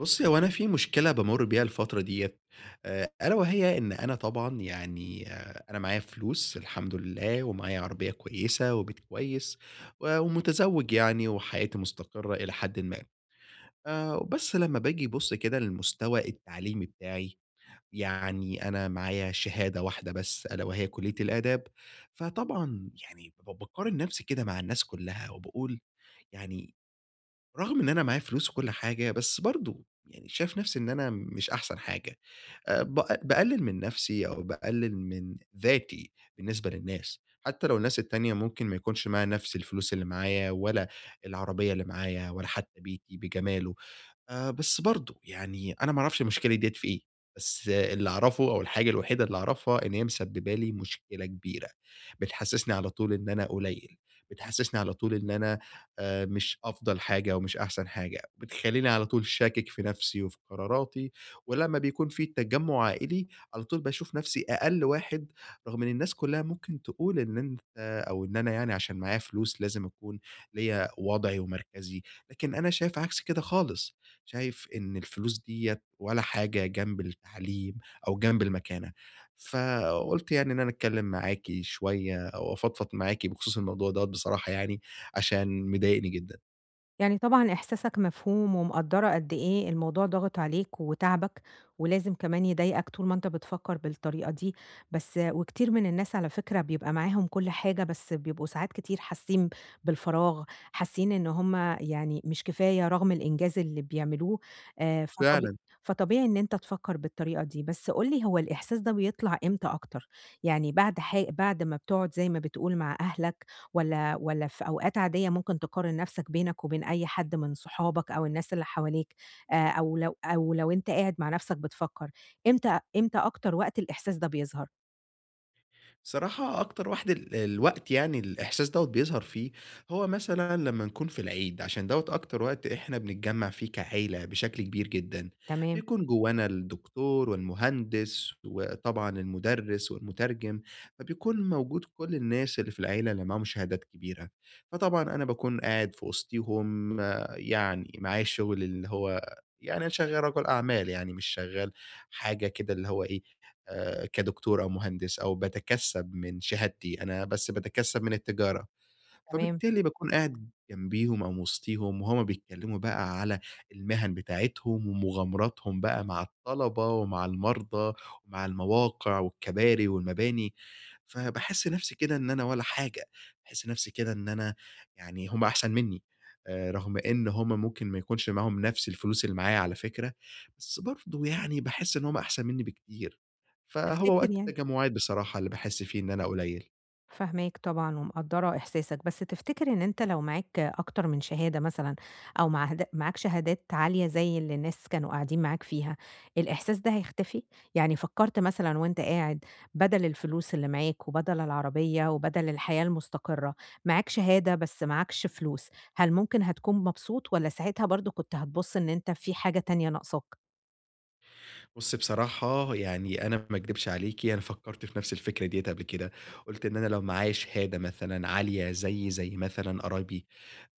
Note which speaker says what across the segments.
Speaker 1: بُصّي، هو أنا في مشكلة بامُر بيها الفترة ديّة، ألا وهي إن أنا طبعًا يعني أنا معايا فلوس الحمد لله، ومعايا عربية كويسة وبيت كويس، و ومتزوّج يعني وحياتي مستقرة إلى حدٍ ما. بس لمّا باجي أبُص كده للمستوى التعليمي بتاعي، يعني أنا معايا شهادة واحدة بس ألا وهي كلية الآداب، فطبعًا يعني باقارن نَفْسي كده مع الناس كُلّها وباقول يعني رغم إن أنا معايا فلوس وكل حاجة، بس برضه يعني شايف نفسي إن أنا مش أحسن حاجة، باقلل من نفسي أو باقلل من ذاتي بالنسبة للناس، حتى لو الناس التانية ممكن ما يكونش معاها نفس الفلوس اللي معايا ولا العربية اللي معايا ولا حتى بيتي بجماله. بس برضه يعني أنا ما أعرفش المشكلة ديّة في إيه، بس اللي أعرفه أو الحاجة الوحيدة اللي أعرفها إن هي مسببة لي مشكلة كبيرة، بتحسسني على طول إن أنا قليل، بتحسسني على طول إن أنا مش أفضل حاجة ومش أحسن حاجة، بتخلّيني على طول شاكك في نفسي وفي قراراتي، ولمّا بيكون في تجمُّع عائلي على طول باشوف نفسي أقل واحد، رغم إن الناس كلّها ممكن تقول إن أنت أو إن أنا يعني عشان معايا فلوس لازم أكون ليّا وضعي ومركزي، لكن أنا شايف عكس كده خالص. شايف إن الفلوس ديّة ولا حاجة جنب التعليم أو جنب المكانة، فقُلت يعني إن أنا أتكلّم معاكِ شوية وأفضفض معاكِ بخصوص الموضوع دوّة بصراحة يعني عشان مضايقني جدًا.
Speaker 2: يعني طبعًا إحساسك مفهوم ومقدّرة قد إيه الموضوع ضاغط عليك وتاعبك، ولازم كمان يضايقك طول ما أنت بتفكّر بالطريقة دي، بس وكتير من الناس على فكرة بيبقى معاهم كل حاجة، بس بيبقوا ساعات كتير حاسين بالفراغ، حاسين إن هُم يعني مش كفاية رغم الإنجاز اللي بيعملوه، آآ فطب
Speaker 1: فعلًا.
Speaker 2: فطبيعي إن أنت تفكّر بالطريقة دي، بس قُل لي هو الإحساس ده بيطلع إمتى أكتر؟ يعني بعد ما بتقعد زي ما بتقول مع أهلك والّا في أوقات عادية ممكن تقارن نفسك بينك وبين أي حد من صحابك أو الناس اللي حواليك، أو لو أنت قاعد مع نفسك بتفكّر، إمتى أكتر وقت الإحساس ده بيظهر؟
Speaker 1: صراحة أكتر وقت الوقت يعني الإحساس دوّة بيظهر فيه، هو مثلًا لمّا نكون في العيد، عشان دوّة أكتر وقت إحنا بنتجمّع فيه كعيلة بشكل كبير جدًا،
Speaker 2: تمام.
Speaker 1: بيكون جوانا الدكتور والمهندس وطبعًا المُدرِّس والمُترجم، فبيكون موجود كل الناس اللي في العيلة اللي معاهم شهادات كبيرة، فطبعًا أنا باكون قاعد في وسطيهم، يعني معايا الشغل اللي هو يعني أنا شغّال رجل أعمال يعني مش شغّال حاجة كده اللي هو إيه، كدكتور أو مهندس أو باتكسّب من شهادتي، أنا بس باتكسّب من التجارة.
Speaker 2: تمام.
Speaker 1: فبالتالي باكون قاعد جنبيهم أو وسطيهم وهُم بيتكلموا بقى على المهن بتاعتهم ومغامراتهم بقى مع الطلبة ومع المرضى ومع المواقع والكباري والمباني، فباحس نفسي كده إن أنا ولا حاجة، باحس نفسي كده إن أنا يعني هُم أحسن منّي، رغم إن هُم ممكن ما يكونش معاهم نفس الفلوس اللي معايا على فكرة، بس برضه يعني باحس إن هُم أحسن منّي بكتير، فهو
Speaker 2: تفتكر
Speaker 1: وقت
Speaker 2: يعني
Speaker 1: التجمعات بصراحة اللي باحس فيه إن أنا قليل.
Speaker 2: فاهماك طبعًا ومقدّرة إحساسك، بس تفتكر إن أنت لو معاك أكتر من شهادة مثلًا أو معهد معاك شهادات عالية زي اللي الناس كانوا قاعدين معاك فيها، الإحساس ده هيختفي؟ يعني فكّرت مثلًا وأنت قاعد بدل الفلوس اللي معاك وبدل العربية وبدل الحياة المستقرة، معاك شهادة بس معاكش فلوس، هل ممكن هتكون مبسوط والّا ساعتها برضه كنت هتبُص إن أنت في حاجة تانية ناقصاك؟
Speaker 1: بُصّي بصراحة يعني أنا ما أكدبش عليكِ، أنا فكّرت في نفس الفكرة ديّة قبل كده، قُلت إن أنا لو معايا شهادة مثلًا عالية زي مثلًا قرايبي،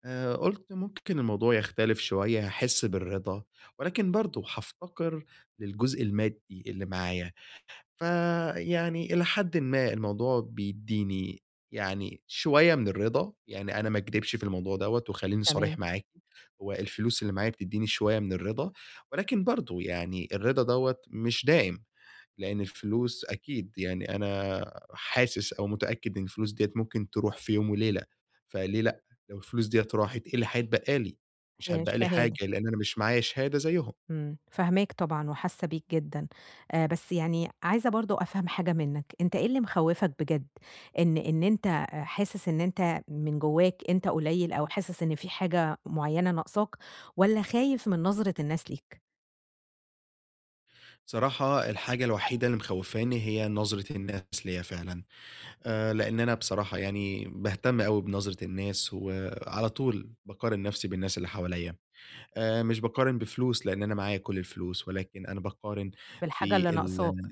Speaker 1: قُلت ممكن الموضوع يختلف شوية، هاحس بالرضا، ولكن برضه هافتقر للجزء المادي اللي معايا. فيعني إلى حدٍ ما الموضوع بيدّيني يعني شوية من الرضا، يعني أنا ما أكدبش في الموضوع دوّة وخلّيني
Speaker 2: تمام.
Speaker 1: صريح معاكِ، هو الفلوس اللي معايا بتدّيني شوية من الرضا، ولكن برضه يعني الرضا دوّة مش دائم، لإن الفلوس أكيد يعني أنا حاسس أو متأكد إن الفلوس ديّة ممكن تروح في يوم وليلة، فليه لأ؟ لو الفلوس ديّة راحت إيه اللي هيتبقى لي؟ مش
Speaker 2: هي
Speaker 1: هيتبقى لي
Speaker 2: الشهادة.
Speaker 1: حاجة، لإن أنا مش معايا شهادة زيّهم.
Speaker 2: إمم، فاهماك طبعًا وحاسة بيك جدًا، بس يعني عايزة برضه أفهم حاجة منّك، أنت إيه اللي مخوّفك بجد؟ إن أنت آه، حاسس إن أنت من جواك أنت قليل أو حاسس إن في حاجة معيّنة ناقصاك، والّا خايف من نظرة الناس ليك
Speaker 1: بصراحة الحاجة الوحيدة اللي مخوّفاني هي نظرة الناس ليّا فعلًا، لإن أنا بصراحة يعني باهتم أوي بنظرة الناس، وعلى طول باقارن نَفْسي بالناس اللي حواليّا، مش باقارن بفلوس لإن أنا معايا كل الفلوس، ولكن أنا باقارن
Speaker 2: بالحاجة اللي
Speaker 1: في ال
Speaker 2: ناقصاك؟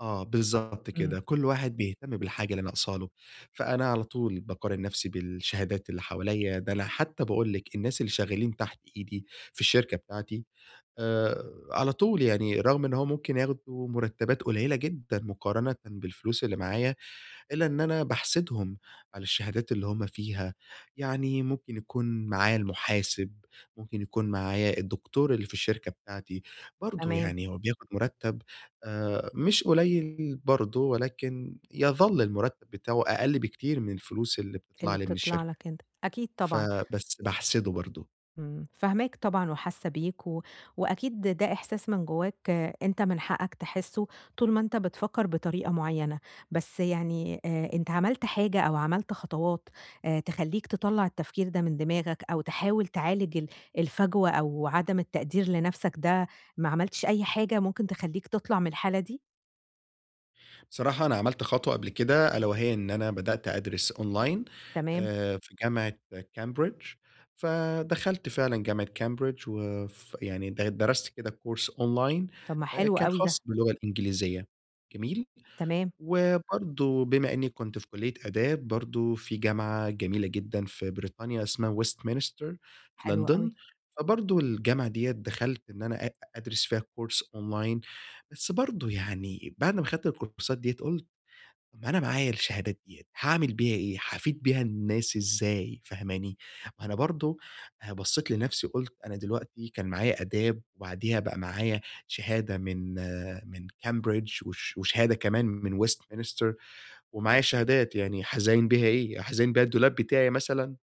Speaker 1: آه بالضبط
Speaker 2: إمم.
Speaker 1: كده، كل واحد بيهتم بالحاجة اللي ناقصة له، فأنا على طول باقارن نَفْسي بالشهادات اللي حواليّا، ده أنا حتى باقول لِك الناس اللي شغالين تحت إيدي في الشركة بتاعتي على طول، يعني رغم إن هو ممكن ياخدوا مرتبات قليلة جدًا مقارنةً بالفلوس اللي معايا، إلا إن أنا باحاسبهم على الشهادات اللي هم فيها، يعني ممكن يكون معايا المحاسب، ممكن يكون معايا الدكتور اللي في الشركة بتاعتي، برضه
Speaker 2: تمام.
Speaker 1: يعني هو بياخد مرتب مش قليل برضه، ولكن يظل المرتب بتاعه أقل بكتير من الفلوس اللي بتطلع
Speaker 2: اللي
Speaker 1: لي من
Speaker 2: بتطلع
Speaker 1: الشركة،
Speaker 2: لك أنت، أكيد طبعًا.
Speaker 1: فبس باحسده برضه.
Speaker 2: إمم، فاهماك طبعًا وحاسة بيك وأكيد ده إحساس من جواك آه، أنت من حقك تحسه طول ما أنت بتفكّر بطريقة معيّنة، بس يعني أنت عملت حاجة أو عملت خطوات تخلّيك تطلّع التفكير ده من دماغك أو تحاول تعالج الفجوة أو عدم التقدير لنَفْسك ده، ما عملتش أي حاجة ممكن تخلّيك تطلع من الحالة دي؟
Speaker 1: صراحة أنا عملت خطوة قبل كده ألا وهي إن أنا بدأت أدرس أونلاين
Speaker 2: تمام.
Speaker 1: في جامعة كامبريدج، فدخلت فعلًا جامعة كامبريدج يعني درست كده كورس أونلاين
Speaker 2: طَب ما حلو
Speaker 1: كان
Speaker 2: أوي
Speaker 1: خاص
Speaker 2: ده.
Speaker 1: باللغة الإنجليزية، جميل؟
Speaker 2: تمام.
Speaker 1: وبرضه بما إني كنت في كلية آداب برضه في جامعة جميلة جدًا في بريطانيا اسمها Westminster في
Speaker 2: حلو
Speaker 1: لندن،
Speaker 2: أوي.
Speaker 1: فبرضه الجامعة ديّة دخلت إن أنا أدرس فيها كورس أونلاين، بس برضه يعني بعد ما خدت الكورسات ديّة قُلت طب ما أنا معايا الشهادات ديّة، هاعمل بيها إيه؟ هافيد بيها الناس إزاي، فاهماني؟ ما أنا برضه بصّيت لنفسي وقُلت أنا دلوقتي كان معايا آداب، وبعديها بقى معايا شهادة من من Cambridge وشهادة كمان من Westminster، ومعايا شهادات يعني هازاين بيها إيه، هازاين بيها الدولاب بتاعي مثلًا؟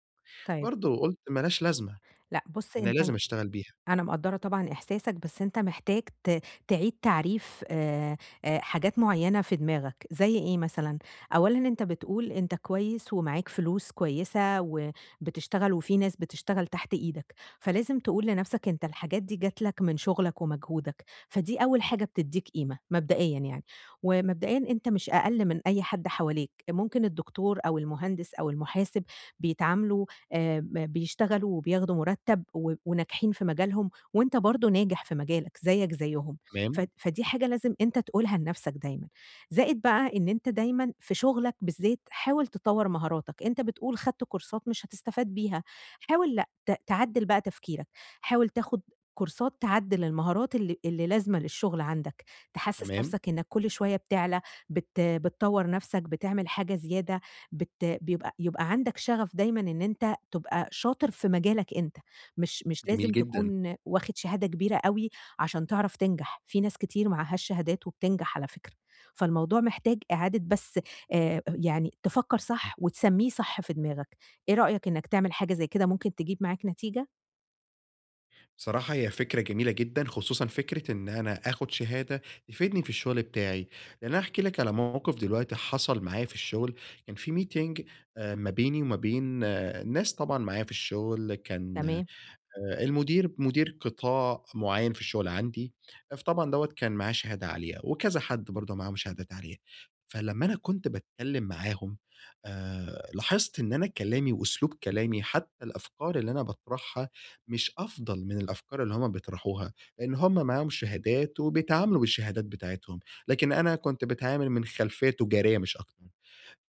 Speaker 2: طيب.
Speaker 1: برضه قُلت ما لهاش لازمة،
Speaker 2: لأ بُص
Speaker 1: أنا
Speaker 2: أنت
Speaker 1: لازم أشتغل بيها،
Speaker 2: أنا مقدّرة طبعًا إحساسك، بس أنت محتاج تعيد تعريف حاجات معيّنة في دماغك، زي إيه مثلًا؟ أولًا أنت بتقول أنت كويس ومعاك فلوس كويسة وبتشتغل وفي ناس بتشتغل تحت إيدك، فلازم تقول لنفْسك أنت الحاجات دي جات لك من شغلك ومجهودك، فدي أول حاجة بتدّيك قيمة مبدئيًا يعني، ومبدئيًا أنت مش أقل من أي حد حواليك، ممكن الدكتور أو المهندس أو المحاسب بيتعاملوا ب بيشتغلوا وبياخدوا مرتب و وناجحين في مجالهم، وأنت برضه ناجح في مجالك زيك زيهم، ف
Speaker 1: تمام،
Speaker 2: فدي حاجة لازم أنت تقولها لنفسك دايمًا. زائد بقى إن أنت دايمًا في شغلك بالذات حاول تطوّر مهاراتك، أنت بتقول خدت كورسات مش هتستفاد بيها، حاول لأ تعدّل بقى تفكيرك، حاول تاخد كورسات تعدّل المهارات اللي لازمة للشغل عندك، تحسّس
Speaker 1: تمام،
Speaker 2: نفسك إنك كل شوية بتعلى، بتطوّر نفسك، بتعمل حاجة زيادة، بت بيبقى يبقى عندك شغف دايمًا إن أنت تبقى شاطر في مجالك أنت، مش
Speaker 1: جميل
Speaker 2: لازم
Speaker 1: جدًا.
Speaker 2: تكون واخد شهادة كبيرة أوي عشان تعرف تنجح، في ناس كتير معهاش شهادات وبتنجح على فكرة، فالموضوع محتاج إعادة بس يعني تفكّر صح وتسمّيه صح في دماغك، إيه رأيك إنك تعمل حاجة زي كده ممكن تجيب معاك نتيجة؟
Speaker 1: بصراحة هي فكرة جميلة جدًا، خصوصًا فكرة إن أنا آخد شهادة تفيدني في الشغل بتاعي، لإن أنا هاحكي لك على موقف دلوقتي حصل معايا في الشغل، كان في meeting ما بيني وما بين ناس طبعًا معايا في الشغل، كان
Speaker 2: تمام.
Speaker 1: مدير قطاع معيّن في الشغل عندي، آه، فطبعًا دوّة كان معاه شهادة عالية، وكذا حد برضه معاهم شهادات عالية، فلمّا أنا كنت باتكلّم معاهم لاحظت إن أنا كلامي وأسلوب كلامي حتى الأفكار اللي أنا باطرحها مش أفضل من الأفكار اللي هُم بيطرحوها، لإن هُم معاهم شهادات وبيتعاملوا بالشهادات بتاعتهم، لكن أنا كنت باتعامل من خلفية تجارية مش أكتر.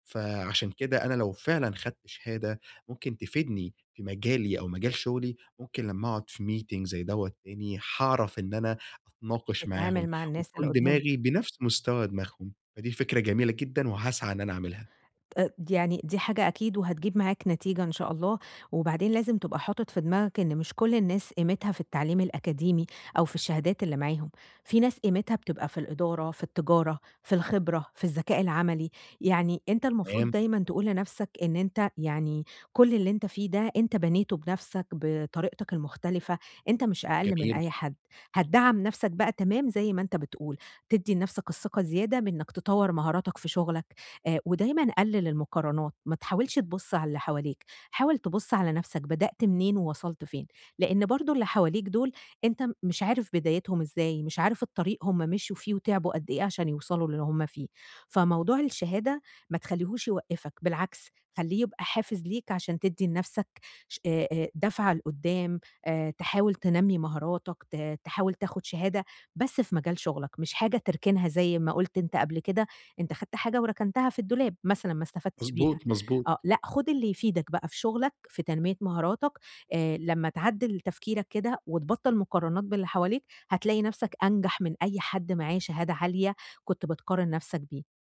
Speaker 1: فعشان كده أنا لو فعلًا خدت شهادة ممكن تفيدني في مجالي أو مجال شغلي، ممكن لمّا أقعد في meeting زي دوّة تاني هاعرف إن أنا أتناقش معاهم،
Speaker 2: تتعامل مع الناس اللي
Speaker 1: وتكون دماغي
Speaker 2: قدّامك.
Speaker 1: بنفس مستوى دماغهم، فدي فكرة جميلة جدًا وهاسعى إن أنا أعملها.
Speaker 2: أ يعني دي حاجة أكيد وهتجيب معاك نتيجة إن شاء الله، وبعدين لازم تبقى حاطط في دماغك إن مش كل الناس قيمتها في التعليم الأكاديمي أو في الشهادات اللي معاهم، في ناس قيمتها بتبقى في الإدارة، في التجارة، في الخبرة، في الذكاء العملي، يعني أنت المفروض
Speaker 1: تمام،
Speaker 2: دايمًا تقول لنفسك إن أنت يعني كل اللي أنت فيه ده أنت بنيته بنفسك بطريقتك المختلفة، أنت مش أقل من
Speaker 1: جميل،
Speaker 2: أي حد، هتدعّم نفسك بقى تمام زي ما أنت بتقول، تدّي لنفسك الثقة زيادة بإنك تطوّر مهاراتك في شغلك. ودايمًا قلِّل المقارنات، ما تحاولش تبُص على اللي حواليك، حاول تبُص على نَفْسك بدأت منين ووصلت فين، لإن برضه اللي حواليك دُول أنت مش عارف بدايتهم إزاي، مش عارف الطريق هم مشيوا فيه وتعبوا قد إيه عشان يوصلوا للي هم فيه، فموضوع الشهادة ما تخلّيهوش يوقّفك، بالعكس خلّيه يبقى حافز ليك عشان تدّي لنَفْسك ش دَفعة لقُدّام، تحاول تنمّي مهاراتك، تحاول تاخُد شهادة بس في مجال شُغلك، مش حاجة تركنها زي ما قُلت أنت قبل كده أنت خدت حاجة وركنتها في الدولاب مثلًا ما استفدتش بيها،
Speaker 1: مضبوط، مضبوط.
Speaker 2: آه، لأ خُد اللي يفيدك بقى في شغلك، في تنمية مهاراتك، لمّا تعدِّل تفكيرك كده وتبطّل مقارنات باللي حواليك، هتلاقي نفسك أنجح من أي حد معاه شهادة عالية كنت بتقارن نفسك بيه،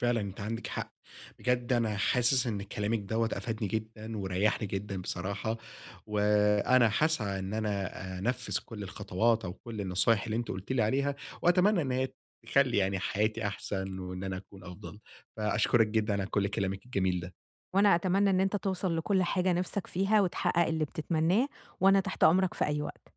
Speaker 1: فعلًا أنتِ عندِك حق، بجد أنا حاسس إن كلامِك دوّة أفادني جدًا وريّحني جدًا بصراحة، وأنا هاسعى إن أنا أنفّذ كل الخطوات أو كل النصايح اللي أنتِ قُلتِ لي عليها، وأتمنى إن هي تخلّي يعني حياتي أحسن وإن أنا أكون أفضل، فأشكرِك جدًا على كل كلامِك الجميل ده.
Speaker 2: وأنا أتمنى إن أنت توصل لكل حاجة نِفْسك فيها وتحقق اللي بتتمناه، وأنا تحت أمرك في أي وقت.